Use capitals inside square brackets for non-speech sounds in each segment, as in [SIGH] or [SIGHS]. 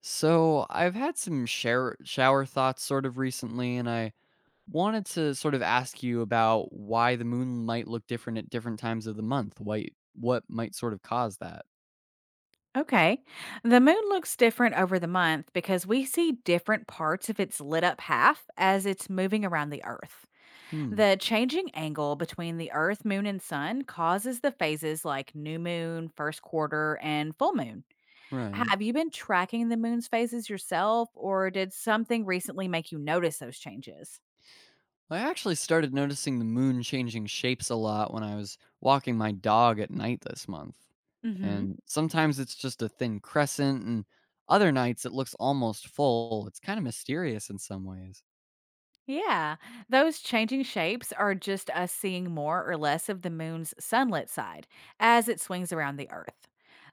So I've had some shower thoughts sort of recently, and I wanted to sort of ask you about why the moon might look different at different times of the month. Why what might sort of cause that? Okay. The moon looks different over the month because we see different parts of its lit up half as it's moving around the Earth. Hmm. The changing angle between the Earth, moon, and sun causes the phases like new moon, first quarter, and full moon. Right. Have you been tracking the moon's phases yourself, or did something recently make you notice those changes? I actually started noticing the moon changing shapes a lot when I was walking my dog at night this month. Mm hmm. And sometimes it's just a thin crescent, and other nights it looks almost full. It's kind of mysterious in some ways. Yeah, those changing shapes are just us seeing more or less of the moon's sunlit side as it swings around the Earth.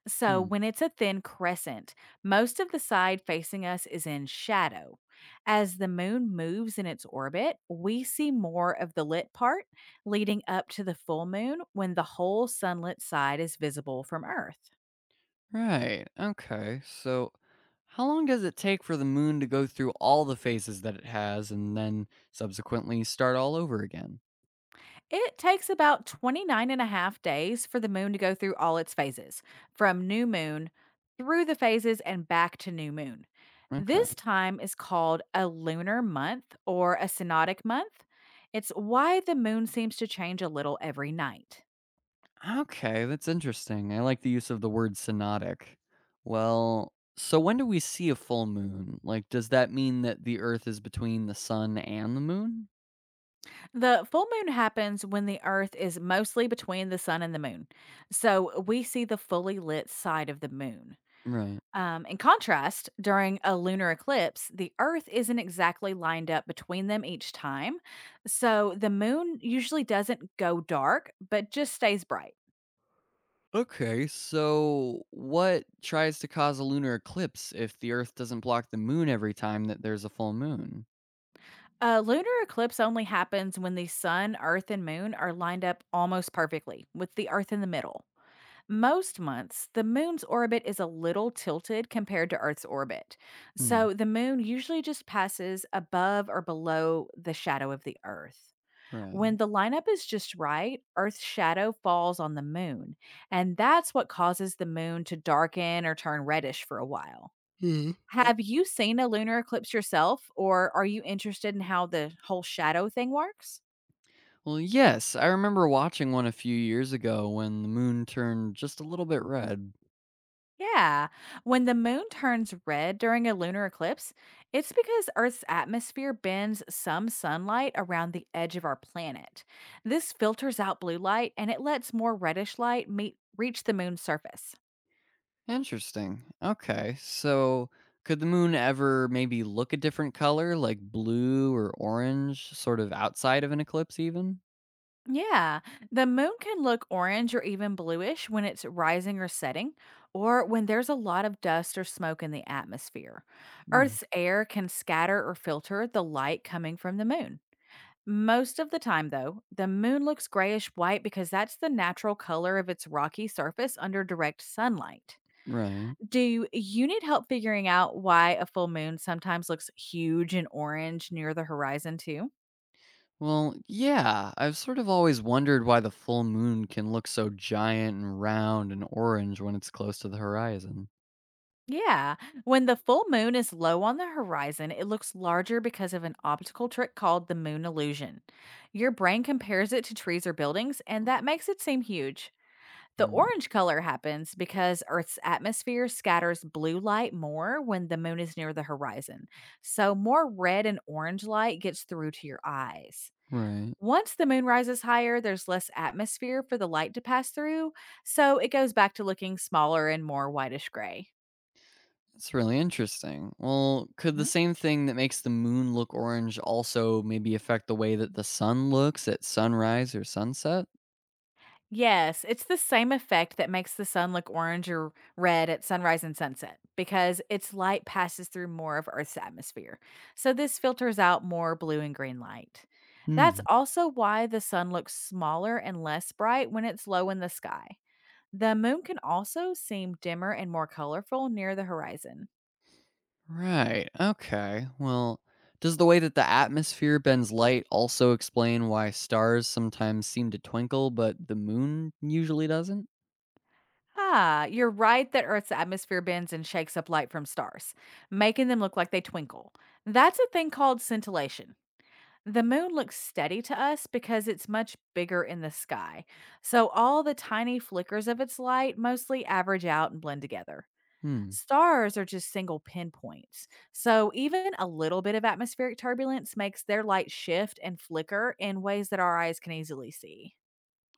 So, Hmm. when it's a thin crescent, most of the side facing us is in shadow. As the moon moves in its orbit, we see more of the lit part leading up to the full moon when the whole sunlit side is visible from Earth. Right. Okay. So, how long does it take for the moon to go through all the phases that it has and then subsequently start all over again? It takes about 29 and a half days for the moon to go through all its phases, from new moon through the phases and back to new moon. Okay. This time is called a lunar month or a synodic month. It's why the moon seems to change a little every night. Okay. That's interesting. I like the use of the word synodic. Well, so when do we see a full moon? Like, does that mean that the Earth is between the sun and the moon? The full moon happens when the earth is mostly between the sun and the moon. So we see the fully lit side of the moon. Right. In contrast, during a lunar eclipse, the Earth isn't exactly lined up between them each time. So the moon usually doesn't go dark, but just stays bright. Okay, so what tries to cause a lunar eclipse if the Earth doesn't block the moon every time that there's a full moon? A lunar eclipse only happens when the sun, earth, and moon are lined up almost perfectly, with the earth in the middle. Most months, the moon's orbit is a little tilted compared to Earth's orbit. Hmm. So the moon usually just passes above or below the shadow of the earth. When Right. the lineup is just right, Earth's shadow falls on the moon, and that's what causes the moon to darken or turn reddish for a while. [SIGHS] Have you seen a lunar eclipse yourself, or are you interested in how the whole shadow thing works? Well, yes, I remember watching one a few years ago when the moon turned just a little bit red. Yeah, when the moon turns red during a lunar eclipse, it's because Earth's atmosphere bends some sunlight around the edge of our planet. This filters out blue light and it lets more reddish light meet, reach the moon's surface. Interesting. Okay, so could the moon ever maybe look a different color, like blue or orange, sort of outside of an eclipse, even? Yeah, the moon can look orange or even bluish when it's rising or setting, or when there's a lot of dust or smoke in the atmosphere. Hmm. Earth's air can scatter or filter the light coming from the moon. Most of the time, though, the moon looks grayish white because that's the natural color of its rocky surface under direct sunlight. Right. Do you need help figuring out why a full moon sometimes looks huge and orange near the horizon, too? Well, yeah, I've sort of always wondered why the full moon can look so giant and round and orange when it's close to the horizon. Yeah. When the full moon is low on the horizon, it looks larger because of an optical trick called the moon illusion. Your brain compares it to trees or buildings, and that makes it seem huge. The Hmm. orange color happens because Earth's atmosphere scatters blue light more when the moon is near the horizon. So, more red and orange light gets through to your eyes. Right. Once the moon rises higher, there's less atmosphere for the light to pass through, so it goes back to looking smaller and more whitish gray. That's really interesting. Well, could the same thing that makes the moon look orange also maybe affect the way that the sun looks at sunrise or sunset? Yes, it's the same effect that makes the sun look orange or red at sunrise and sunset because its light passes through more of Earth's atmosphere. So this filters out more blue and green light. That's Hmm. also why the sun looks smaller and less bright when it's low in the sky. The moon can also seem dimmer and more colorful near the horizon. Right. Okay. Well, does the way that the atmosphere bends light also explain why stars sometimes seem to twinkle, but the moon usually doesn't? Ah, you're right that Earth's atmosphere bends and shakes up light from stars, making them look like they twinkle. That's a thing called scintillation. The moon looks steady to us because it's much bigger in the sky. So all the tiny flickers of its light mostly average out and blend together. Hmm. Stars are just single pinpoints. So even a little bit of atmospheric turbulence makes their light shift and flicker in ways that our eyes can easily see.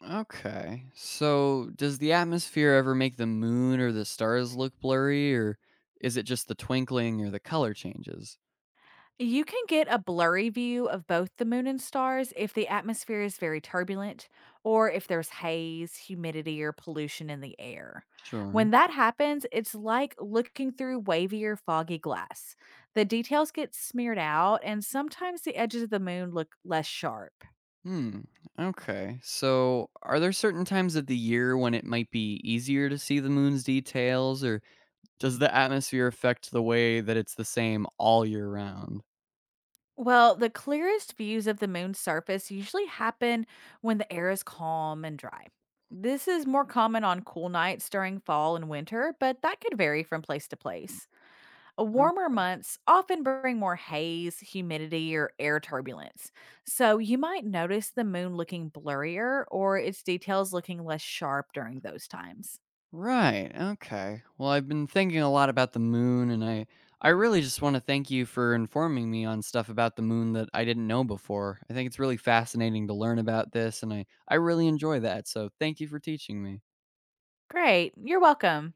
Okay. So, does the atmosphere ever make the moon or the stars look blurry, or is it just the twinkling or the color changes? You can get a blurry view of both the moon and stars if the atmosphere is very turbulent or if there's haze, humidity, or pollution in the air. Sure. When that happens, it's like looking through wavy or foggy glass. The details get smeared out, and sometimes the edges of the moon look less sharp. Hmm. Okay. So, are there certain times of the year when it might be easier to see the moon's details, or does the atmosphere affect the way that it's the same all year round? Well, the clearest views of the moon's surface usually happen when the air is calm and dry. This is more common on cool nights during fall and winter, but that could vary from place to place. Um, Warmer months often bring more haze, humidity, or air turbulence. So you might notice the moon looking blurrier or its details looking less sharp during those times. Right. Okay. Well, I've been thinking a lot about the moon, and I really just want to thank you for informing me on stuff about the moon that I didn't know before. I think it's really fascinating to learn about this, and I really enjoy that. So, thank you for teaching me. Great. You're welcome.